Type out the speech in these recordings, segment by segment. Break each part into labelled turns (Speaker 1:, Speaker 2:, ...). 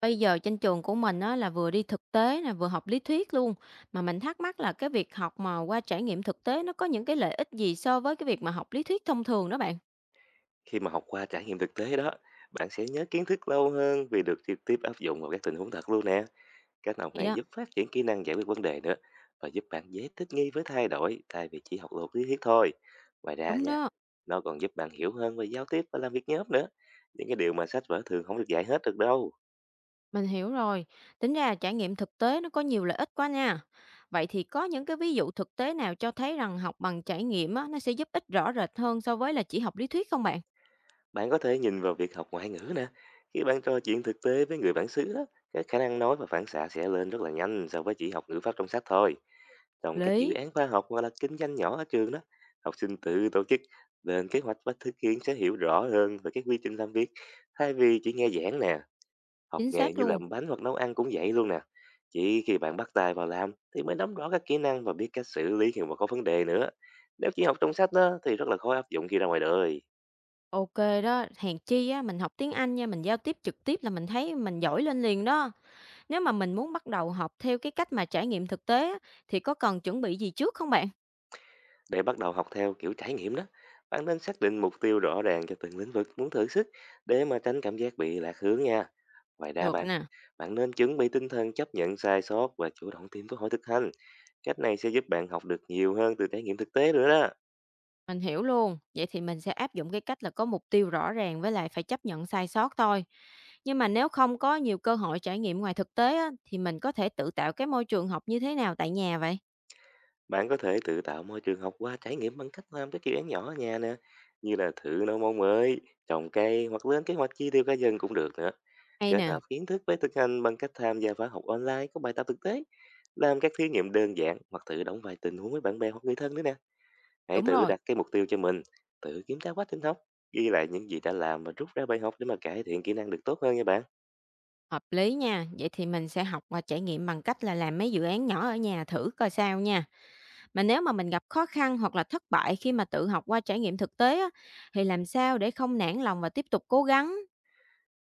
Speaker 1: Bây giờ trên trường của mình á, là vừa đi thực tế nè, vừa học lý thuyết luôn. Mà mình thắc mắc là cái việc học mà qua trải nghiệm thực tế nó có những cái lợi ích gì so với cái việc mà học lý thuyết thông thường đó bạn.
Speaker 2: Khi mà học qua trải nghiệm thực tế đó, bạn sẽ nhớ kiến thức lâu hơn vì được trực tiếp áp dụng vào các tình huống thật luôn nè. Cách học
Speaker 1: Hay
Speaker 2: này
Speaker 1: đó,
Speaker 2: giúp phát triển kỹ năng giải quyết vấn đề nữa và giúp bạn dễ thích nghi với thay đổi thay vì chỉ học thuộc lý thuyết thôi. Ngoài ra
Speaker 1: đúng
Speaker 2: nha,
Speaker 1: đó,
Speaker 2: nó còn giúp bạn hiểu hơn về giao tiếp và làm việc nhóm nữa. Những cái điều mà sách vở thường không được dạy hết được đâu.
Speaker 1: mình hiểu rồi. Tính ra trải nghiệm thực tế nó có nhiều lợi ích quá nha. Vậy thì có những cái ví dụ thực tế nào cho thấy rằng học bằng trải nghiệm á, nó sẽ giúp ích rõ rệt hơn so với là chỉ học lý thuyết không bạn?
Speaker 2: Bạn có thể nhìn vào việc học ngoại ngữ nè. Khi bạn trò chuyện thực tế với người bản xứ đó, cái khả năng nói và phản xạ sẽ lên rất là nhanh so với chỉ học ngữ pháp trong sách thôi. Trong các dự
Speaker 1: Lý,
Speaker 2: án khoa học hoặc là kinh doanh nhỏ ở trường đó, học sinh tự tổ chức, lên kế hoạch và thực hiện sẽ hiểu rõ hơn về cái quy trình làm việc. Thay vì chỉ nghe giảng nè, học
Speaker 1: chính
Speaker 2: nghề
Speaker 1: xác
Speaker 2: như
Speaker 1: luôn.
Speaker 2: làm bánh hoặc nấu ăn cũng vậy luôn nè. Chỉ khi bạn bắt tay vào làm thì mới nắm rõ các kỹ năng và biết cách xử lý khi mà có vấn đề nữa. Nếu chỉ học trong sách đó thì rất là khó áp dụng khi ra ngoài đời.
Speaker 1: Ok đó, hèn chi á, mình học tiếng Anh nha, mình giao tiếp trực tiếp là mình thấy mình giỏi lên liền đó. Nếu mà mình muốn bắt đầu học theo cái cách mà trải nghiệm thực tế á, thì có cần chuẩn bị gì trước không bạn?
Speaker 2: Để bắt đầu học theo kiểu trải nghiệm đó, bạn nên xác định mục tiêu rõ ràng cho từng lĩnh vực muốn thử sức để mà tránh cảm giác bị lạc hướng nha. Ngoài ra
Speaker 1: Được
Speaker 2: bạn,
Speaker 1: nè,
Speaker 2: bạn nên chuẩn bị tinh thần chấp nhận sai sót và chủ động tìm cơ hội thực hành. Cách này sẽ giúp bạn học được nhiều hơn từ trải nghiệm thực tế nữa đó.
Speaker 1: mình hiểu luôn. Vậy thì mình sẽ áp dụng cái cách là có mục tiêu rõ ràng với lại phải chấp nhận sai sót thôi. Nhưng mà nếu không có nhiều cơ hội trải nghiệm ngoài thực tế á, thì mình có thể tự tạo cái môi trường học như thế nào tại nhà vậy?
Speaker 2: Bạn có thể tự tạo môi trường học qua trải nghiệm bằng cách làm các dự án nhỏ ở nhà nè, như là thử nấu món mới, trồng cây hoặc lên kế hoạch chi tiêu cá nhân cũng được nữa.
Speaker 1: Hay
Speaker 2: Kết hợp
Speaker 1: nè,
Speaker 2: kiến thức với thực hành bằng cách tham gia khóa học online có bài tập thực tế, làm các thí nghiệm đơn giản hoặc tự đóng vài tình huống với bạn bè hoặc người thân nữa nè. Hãy
Speaker 1: đúng
Speaker 2: tự
Speaker 1: rồi,
Speaker 2: đặt cái mục tiêu cho mình, tự kiểm tra quá trình học, ghi lại những gì đã làm và rút ra bài học để mà cải thiện kỹ năng được tốt hơn nha bạn.
Speaker 1: hợp lý nha. Vậy thì mình sẽ học và trải nghiệm bằng cách là làm mấy dự án nhỏ ở nhà thử coi sao nha. Mà nếu mà mình gặp khó khăn hoặc là thất bại khi mà tự học qua trải nghiệm thực tế á, thì làm sao để không nản lòng và tiếp tục cố gắng?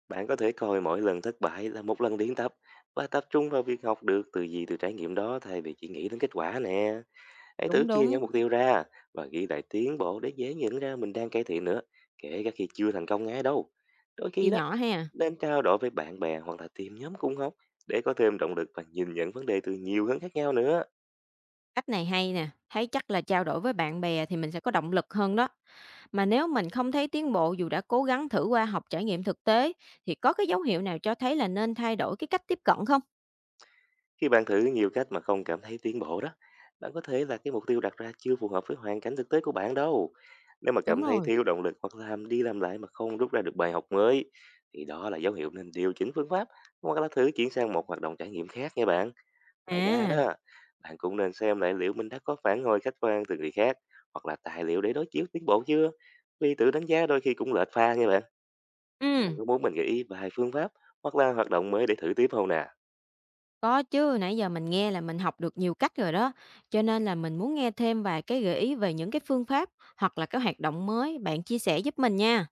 Speaker 2: Bạn có thể coi mỗi lần thất bại là một lần luyện tập và tập trung vào việc học được từ gì từ trải nghiệm đó thay vì chỉ nghĩ đến kết quả nè. Hãy thử
Speaker 1: Đúng,
Speaker 2: chia nhỏ
Speaker 1: đúng,
Speaker 2: mục tiêu ra và ghi lại tiến bộ để dễ nhận ra mình đang cải thiện nữa, kể cả khi chưa thành công ngay đâu. Đôi khi
Speaker 1: chia
Speaker 2: đó,
Speaker 1: nhỏ ha.
Speaker 2: nên trao đổi với bạn bè hoặc là tìm nhóm cùng học để có thêm động lực và nhìn nhận vấn đề từ nhiều hướng khác nhau nữa.
Speaker 1: Cách này hay nè, thấy chắc là trao đổi với bạn bè thì mình sẽ có động lực hơn đó. Mà nếu mình không thấy tiến bộ dù đã cố gắng thử qua học trải nghiệm thực tế thì có cái dấu hiệu nào cho thấy là nên thay đổi cái cách tiếp cận không?
Speaker 2: Khi bạn thử nhiều cách mà không cảm thấy tiến bộ đó, bạn có thể là cái mục tiêu đặt ra chưa phù hợp với hoàn cảnh thực tế của bạn đâu. Nếu mà
Speaker 1: Đúng
Speaker 2: cảm thấy
Speaker 1: rồi.
Speaker 2: thiếu động lực hoặc làm đi làm lại mà không rút ra được bài học mới, thì đó là dấu hiệu nên điều chỉnh phương pháp hoặc là thử chuyển sang một hoạt động trải nghiệm khác nha bạn. Ngoài ra
Speaker 1: À,
Speaker 2: đó, bạn cũng nên xem lại liệu mình đã có phản hồi khách quan từ người khác hoặc là tài liệu để đối chiếu tiến bộ chưa. Vì tự đánh giá đôi khi cũng lệch pha nha bạn. Bạn
Speaker 1: ừ.
Speaker 2: có muốn mình gợi ý vài phương pháp hoặc là hoạt động mới để thử tiếp không nè?
Speaker 1: Có chứ, nãy giờ mình nghe là mình học được nhiều cách rồi đó, cho nên là mình muốn nghe thêm vài cái gợi ý về những cái phương pháp hoặc là cái hoạt động mới bạn chia sẻ giúp mình nha,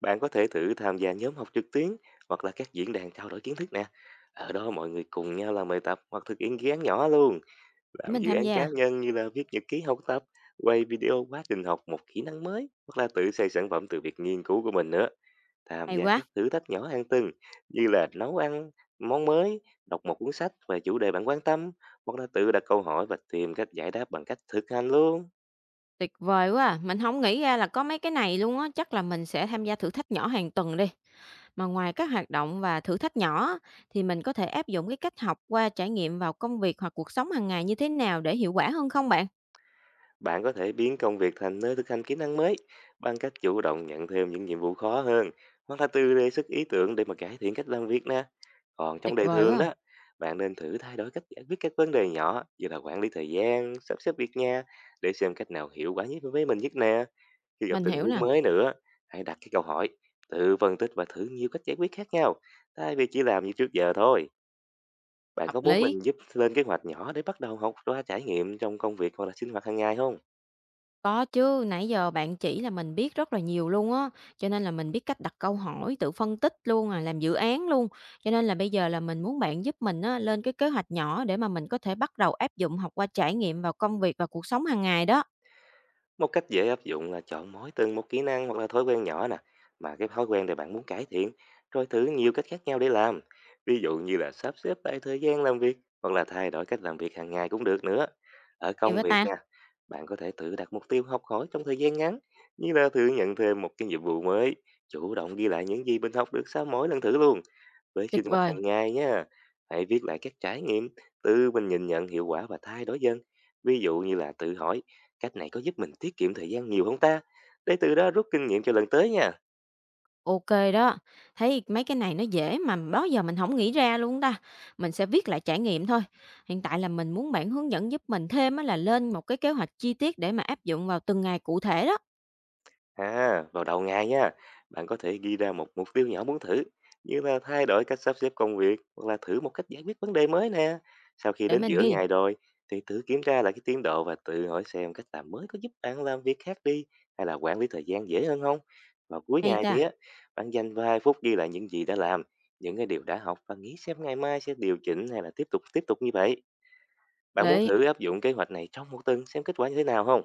Speaker 2: Bạn có thể thử tham gia nhóm học trực tuyến hoặc là các diễn đàn trao đổi kiến thức nè. Ở đó mọi người cùng nhau làm bài tập hoặc thực hiện dự án nhỏ luôn.
Speaker 1: để
Speaker 2: Làm
Speaker 1: mình
Speaker 2: dự
Speaker 1: tham
Speaker 2: án cá
Speaker 1: gia.
Speaker 2: nhân như là viết nhật ký học tập, quay video quá trình học một kỹ năng mới hoặc là tự xây sản phẩm từ việc nghiên cứu của mình nữa. Tham
Speaker 1: Hay
Speaker 2: gia các
Speaker 1: quá,
Speaker 2: thử thách nhỏ hàng tuần như là nấu ăn món mới, đọc một cuốn sách về chủ đề bạn quan tâm hoặc là tự đặt câu hỏi và tìm cách giải đáp bằng cách thực hành luôn.
Speaker 1: tuyệt vời quá, à. Mình không nghĩ ra là có mấy cái này luôn á, chắc là mình sẽ tham gia thử thách nhỏ hàng tuần đi. Mà ngoài các hoạt động và thử thách nhỏ á, thì mình có thể áp dụng cái cách học qua trải nghiệm vào công việc hoặc cuộc sống hàng ngày như thế nào để hiệu quả hơn không bạn?
Speaker 2: Bạn có thể biến công việc thành nơi thực hành kỹ năng mới bằng cách chủ động nhận thêm những nhiệm vụ khó hơn hoặc là tự đề xuất ý tưởng để mà cải thiện cách làm việc nè. Còn trong
Speaker 1: Tuyệt
Speaker 2: đời
Speaker 1: vời
Speaker 2: thường
Speaker 1: quá, à.
Speaker 2: đó, bạn nên thử thay đổi cách giải quyết các vấn đề nhỏ như là quản lý thời gian, sắp xếp việc nhà để xem cách nào hiệu quả nhất đối với mình nhất nè. Khi gặp
Speaker 1: Mình
Speaker 2: tình
Speaker 1: hiểu
Speaker 2: huống
Speaker 1: nè,
Speaker 2: mới nữa, hãy đặt cái câu hỏi, tự phân tích và thử nhiều cách giải quyết khác nhau thay vì chỉ làm như trước giờ thôi. Bạn
Speaker 1: hợp
Speaker 2: có muốn
Speaker 1: lý.
Speaker 2: mình giúp lên kế hoạch nhỏ để bắt đầu học qua trải nghiệm trong công việc hoặc là sinh hoạt hàng ngày không?
Speaker 1: Có chứ, nãy giờ bạn chỉ là mình biết rất là nhiều luôn á, cho nên là mình biết cách đặt câu hỏi, tự phân tích luôn à, làm dự án luôn. Cho nên là bây giờ là mình muốn bạn giúp mình á, lên cái kế hoạch nhỏ để mà mình có thể bắt đầu áp dụng học qua trải nghiệm vào công việc và cuộc sống hàng ngày đó.
Speaker 2: Một cách dễ áp dụng là chọn mỗi từng một kỹ năng hoặc là thói quen nhỏ nè, mà cái thói quen này bạn muốn cải thiện, rồi thử nhiều cách khác nhau để làm. Ví dụ như là sắp xếp lại thời gian làm việc hoặc là thay đổi cách làm việc hàng ngày cũng được nữa. Ở
Speaker 1: Hay
Speaker 2: công
Speaker 1: quá
Speaker 2: việc
Speaker 1: ta,
Speaker 2: nha, bạn có thể tự đặt mục tiêu học hỏi trong thời gian ngắn, như là thử nhận thêm một cái nhiệm vụ mới, chủ động ghi lại những gì mình học được sau mỗi lần thử luôn. Với sinh
Speaker 1: tuyệt
Speaker 2: hoạt
Speaker 1: vời,
Speaker 2: hàng ngày nha, hãy viết lại các trải nghiệm, tự mình nhìn nhận hiệu quả và thay đổi dần. Ví dụ như là tự hỏi, cách này có giúp mình tiết kiệm thời gian nhiều không ta? Để từ đó rút kinh nghiệm cho lần tới nha.
Speaker 1: ok đó. Thấy mấy cái này nó dễ mà đó giờ mình không nghĩ ra luôn ta. Mình sẽ viết lại trải nghiệm thôi. Hiện tại là mình muốn bạn hướng dẫn giúp mình thêm á, là lên một cái kế hoạch chi tiết để mà áp dụng vào từng ngày cụ thể đó,
Speaker 2: À, vào đầu ngày nha, bạn có thể ghi ra một mục tiêu nhỏ muốn thử, như là thay đổi cách sắp xếp công việc hoặc là thử một cách giải quyết vấn đề mới nè. Sau khi
Speaker 1: để
Speaker 2: đến
Speaker 1: mình
Speaker 2: giữa
Speaker 1: ghi.
Speaker 2: ngày rồi, thì thử kiểm tra lại cái tiến độ và tự hỏi xem cách làm mới có giúp bạn làm việc khác đi hay là quản lý thời gian dễ hơn không. Vào cuối
Speaker 1: Hay
Speaker 2: ngày thì
Speaker 1: ta,
Speaker 2: á, bạn dành vài phút ghi lại những gì đã làm, những cái điều đã học và nghĩ xem ngày mai sẽ điều chỉnh hay là tiếp tục như vậy. Bạn muốn
Speaker 1: lý.
Speaker 2: thử áp dụng kế hoạch này trong 1 tuần xem kết quả như thế nào không?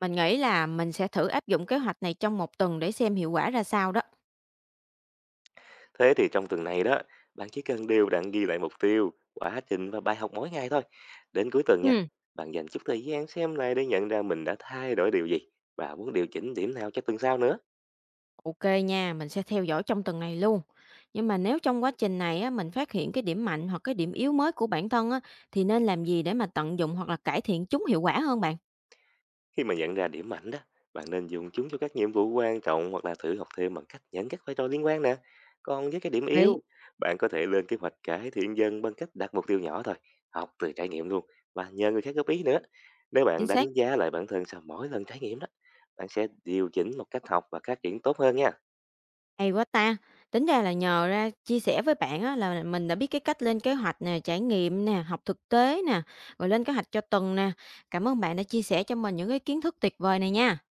Speaker 1: Mình nghĩ là mình sẽ thử áp dụng kế hoạch này trong một tuần để xem hiệu quả ra sao đó.
Speaker 2: Thế thì trong tuần này đó, bạn chỉ cần đều đặn ghi lại mục tiêu, quá trình và bài học mỗi ngày thôi. Đến cuối tuần nha,
Speaker 1: Ừ,
Speaker 2: bạn dành chút thời gian xem lại để nhận ra mình đã thay đổi điều gì và muốn điều chỉnh điểm nào cho tuần sau nữa.
Speaker 1: OK nha, mình sẽ theo dõi trong tuần này luôn. Nhưng mà nếu trong quá trình này á, mình phát hiện cái điểm mạnh hoặc cái điểm yếu mới của bản thân á, thì nên làm gì để mà tận dụng hoặc là cải thiện chúng hiệu quả hơn bạn?
Speaker 2: Khi mà nhận ra điểm mạnh đó, bạn nên dùng chúng cho các nhiệm vụ quan trọng hoặc là thử học thêm bằng cách nhận các vai trò liên quan nè. Còn với cái điểm
Speaker 1: Đấy,
Speaker 2: yếu, bạn có thể lên kế hoạch cải thiện dần bằng cách đặt mục tiêu nhỏ thôi, học từ trải nghiệm luôn và nhờ người khác góp ý nữa. Nếu bạn
Speaker 1: chính xác.
Speaker 2: đánh giá lại bản thân sau mỗi lần trải nghiệm đó, bạn sẽ điều chỉnh một cách học và phát triển tốt hơn nha.
Speaker 1: Hay quá ta! Tính ra là nhờ ra chia sẻ với bạn á, là mình đã biết cái cách lên kế hoạch nè, trải nghiệm nè, học thực tế nè, rồi lên kế hoạch cho tuần nè. Cảm ơn bạn đã chia sẻ cho mình những cái kiến thức tuyệt vời này nha.